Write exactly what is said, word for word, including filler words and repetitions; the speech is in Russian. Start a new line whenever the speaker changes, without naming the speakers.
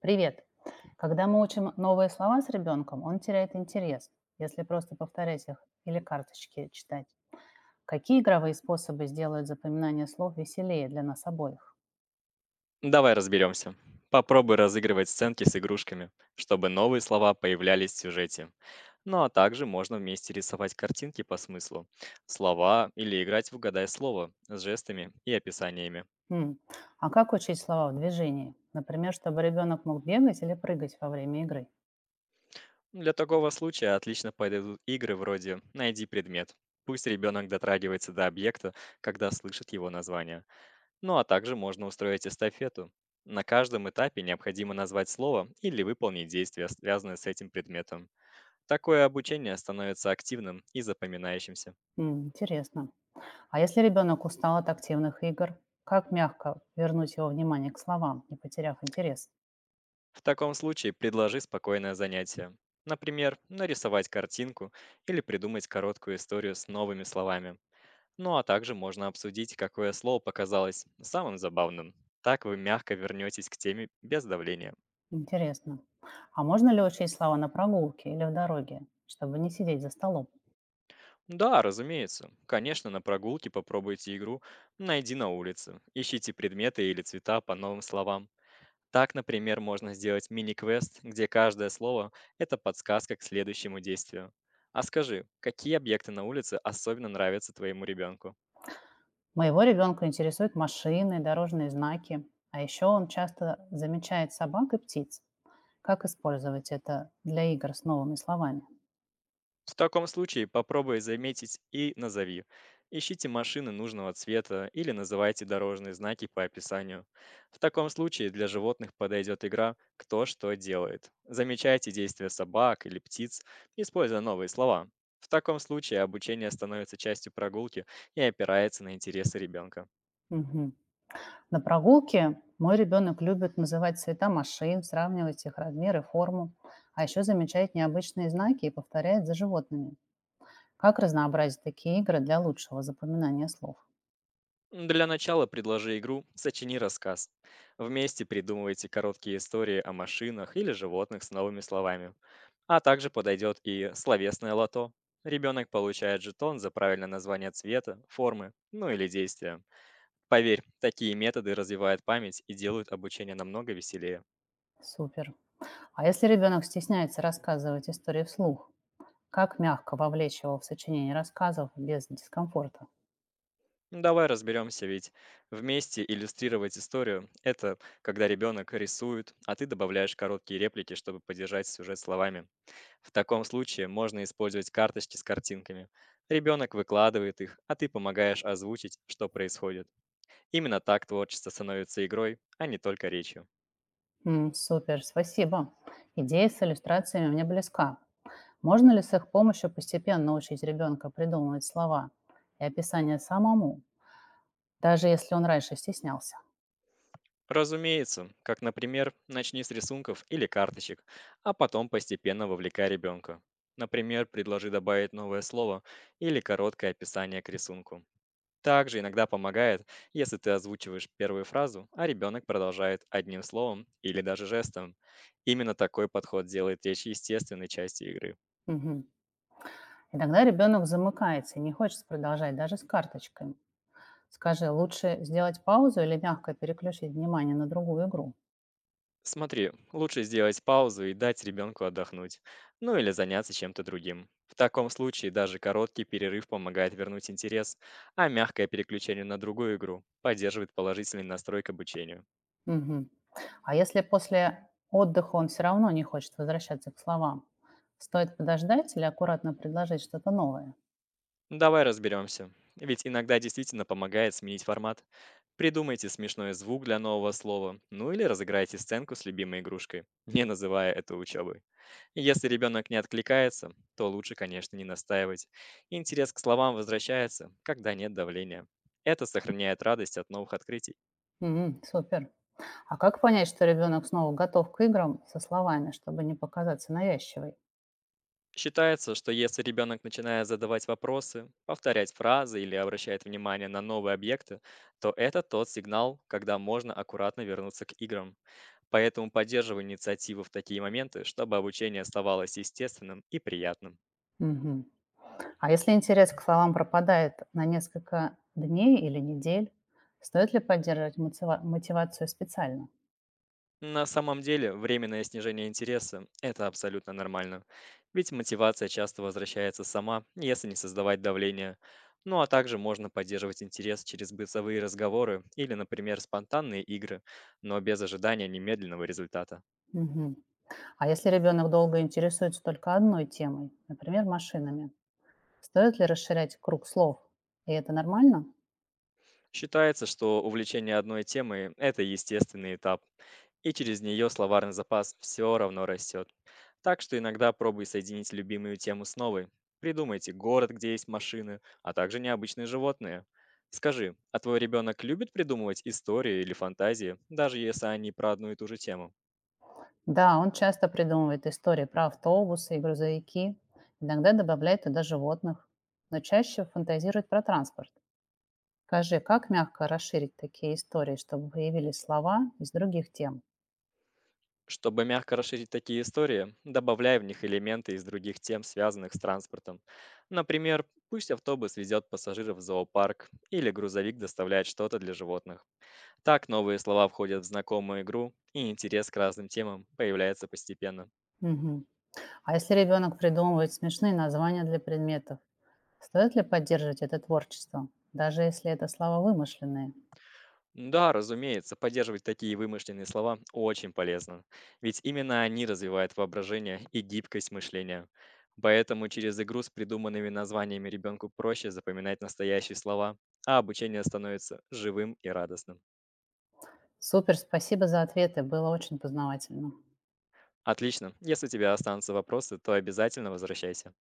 Привет! Когда мы учим новые слова с ребенком, он теряет интерес, если просто повторять их или карточки читать. Какие игровые способы сделают запоминание слов веселее для нас обоих?
Давай разберемся. Попробуй разыгрывать сценки с игрушками, чтобы новые слова появлялись в сюжете. Ну а также можно вместе рисовать картинки по смыслу, слова или играть в «Угадай слово» с жестами и описаниями.
М, А как учить слова в движении? Например, чтобы ребенок мог бегать или прыгать во время игры.
Для такого случая отлично подойдут игры вроде «Найди предмет». Пусть ребенок дотрагивается до объекта, когда слышит его название. Ну а также можно устроить эстафету. На каждом этапе необходимо назвать слово или выполнить действие, связанное с этим предметом. Такое обучение становится активным и запоминающимся.
М, интересно. А если ребенок устал от активных игр, как мягко вернуть его внимание к словам, не потеряв интерес?
В таком случае предложи спокойное занятие. Например, нарисовать картинку или придумать короткую историю с новыми словами. Ну а также можно обсудить, какое слово показалось самым забавным. Так вы мягко вернетесь к теме без давления.
Интересно. А можно ли учить слова на прогулке или в дороге, чтобы не сидеть за столом?
Да, разумеется. Конечно, на прогулке попробуйте игру «Найди на улице». Ищите предметы или цвета по новым словам. Так, например, можно сделать мини-квест, где каждое слово– это подсказка к следующему действию. А скажи, какие объекты на улице особенно нравятся твоему ребенку?
Моего ребенка интересуют машины, дорожные знаки, а еще он часто замечает собак и птиц. Как использовать это для игр с новыми словами?
В таком случае попробуй заметить и назови. Ищите машины нужного цвета или называйте дорожные знаки по описанию. В таком случае для животных подойдет игра «Кто что делает». Замечайте действия собак или птиц, используя новые слова. В таком случае обучение становится частью прогулки и опирается на интересы ребенка.
Мгм. На прогулке мой ребенок любит называть цвета машин, сравнивать их размер и форму, а еще замечает необычные знаки и повторяет за животными. Как разнообразить такие игры для лучшего запоминания слов?
Для начала предложи игру «Сочини рассказ». Вместе придумывайте короткие истории о машинах или животных с новыми словами. А также подойдет и словесное лото. Ребенок получает жетон за правильное название цвета, формы, ну или действия. Поверь, такие методы развивают память и делают обучение намного веселее.
Супер. А если ребенок стесняется рассказывать истории вслух, как мягко вовлечь его в сочинение рассказов без дискомфорта?
Ну, давай разберемся, ведь вместе иллюстрировать историю– это когда ребенок рисует, а ты добавляешь короткие реплики, чтобы поддержать сюжет словами. В таком случае можно использовать карточки с картинками. Ребенок выкладывает их, а ты помогаешь озвучить, что происходит. Именно так творчество становится игрой, а не только речью.
М, супер, спасибо. Идея с иллюстрациями мне близка. Можно ли с их помощью постепенно учить ребенка придумывать слова и описания самому, даже если он раньше стеснялся?
Разумеется, как, например, начни с рисунков или карточек, а потом постепенно вовлекай ребенка. Например, предложи добавить новое слово или короткое описание к рисунку. Также иногда помогает, если ты озвучиваешь первую фразу, а ребенок продолжает одним словом или даже жестом. Именно такой подход делает речь естественной части игры.
Мгм. И тогда ребенок замыкается и не хочет продолжать даже с карточками. Скажи, лучше сделать паузу или мягко переключить внимание на другую игру?
Смотри, лучше сделать паузу и дать ребенку отдохнуть, ну или заняться чем-то другим. В таком случае даже короткий перерыв помогает вернуть интерес, а мягкое переключение на другую игру поддерживает положительный настрой к обучению.
Мгм. А если после отдыха он все равно не хочет возвращаться к словам, стоит подождать или аккуратно предложить что-то новое?
Давай разберемся. Ведь иногда действительно помогает сменить формат. Придумайте смешной звук для нового слова, ну или разыграйте сценку с любимой игрушкой, не называя это учебой. Если ребенок не откликается, то лучше, конечно, не настаивать. Интерес к словам возвращается, когда нет давления. Это сохраняет радость от новых открытий.
Мгм. Супер. А как понять, что ребенок снова готов к играм со словами, чтобы не показаться навязчивой?
Считается, что если ребенок начинает задавать вопросы, повторять фразы или обращает внимание на новые объекты, то это тот сигнал, когда можно аккуратно вернуться к играм. Поэтому поддерживай инициативу в такие моменты, чтобы обучение оставалось естественным и приятным.
Мгм. А если интерес к словам пропадает на несколько дней или недель, стоит ли поддерживать мотива- мотивацию специально?
На самом деле, временное снижение интереса– это абсолютно нормально. Ведь мотивация часто возвращается сама, если не создавать давления. Ну а также можно поддерживать интерес через бытовые разговоры или, например, спонтанные игры, но без ожидания немедленного результата.
Мгм. А если ребенок долго интересуется только одной темой, например, машинами, стоит ли расширять круг слов? И это нормально?
Считается, что увлечение одной темой– это естественный этап, и через нее словарный запас все равно растет. Так что иногда пробуй соединить любимую тему с новой. Придумайте город, где есть машины, а также необычные животные. Скажи, а твой ребенок любит придумывать истории или фантазии, даже если они про одну и ту же тему?
Да, он часто придумывает истории про автобусы и грузовики, иногда добавляет туда животных, но чаще фантазирует про транспорт. Скажи, как мягко расширить такие истории, чтобы появились слова из других тем?
Чтобы мягко расширить такие истории, добавляй в них элементы из других тем, связанных с транспортом. Например, пусть автобус везет пассажиров в зоопарк или грузовик доставляет что-то для животных. Так новые слова входят в знакомую игру, и интерес к разным темам появляется постепенно.
Мгм. А если ребенок придумывает смешные названия для предметов, стоит ли поддерживать это творчество, даже если это слова вымышленные?
Да, разумеется, поддерживать такие вымышленные слова очень полезно, ведь именно они развивают воображение и гибкость мышления. Поэтому через игру с придуманными названиями ребенку проще запоминать настоящие слова, а обучение становится живым и радостным.
Супер, спасибо за ответы, было очень познавательно.
Отлично. Если у тебя останутся вопросы, то обязательно возвращайся.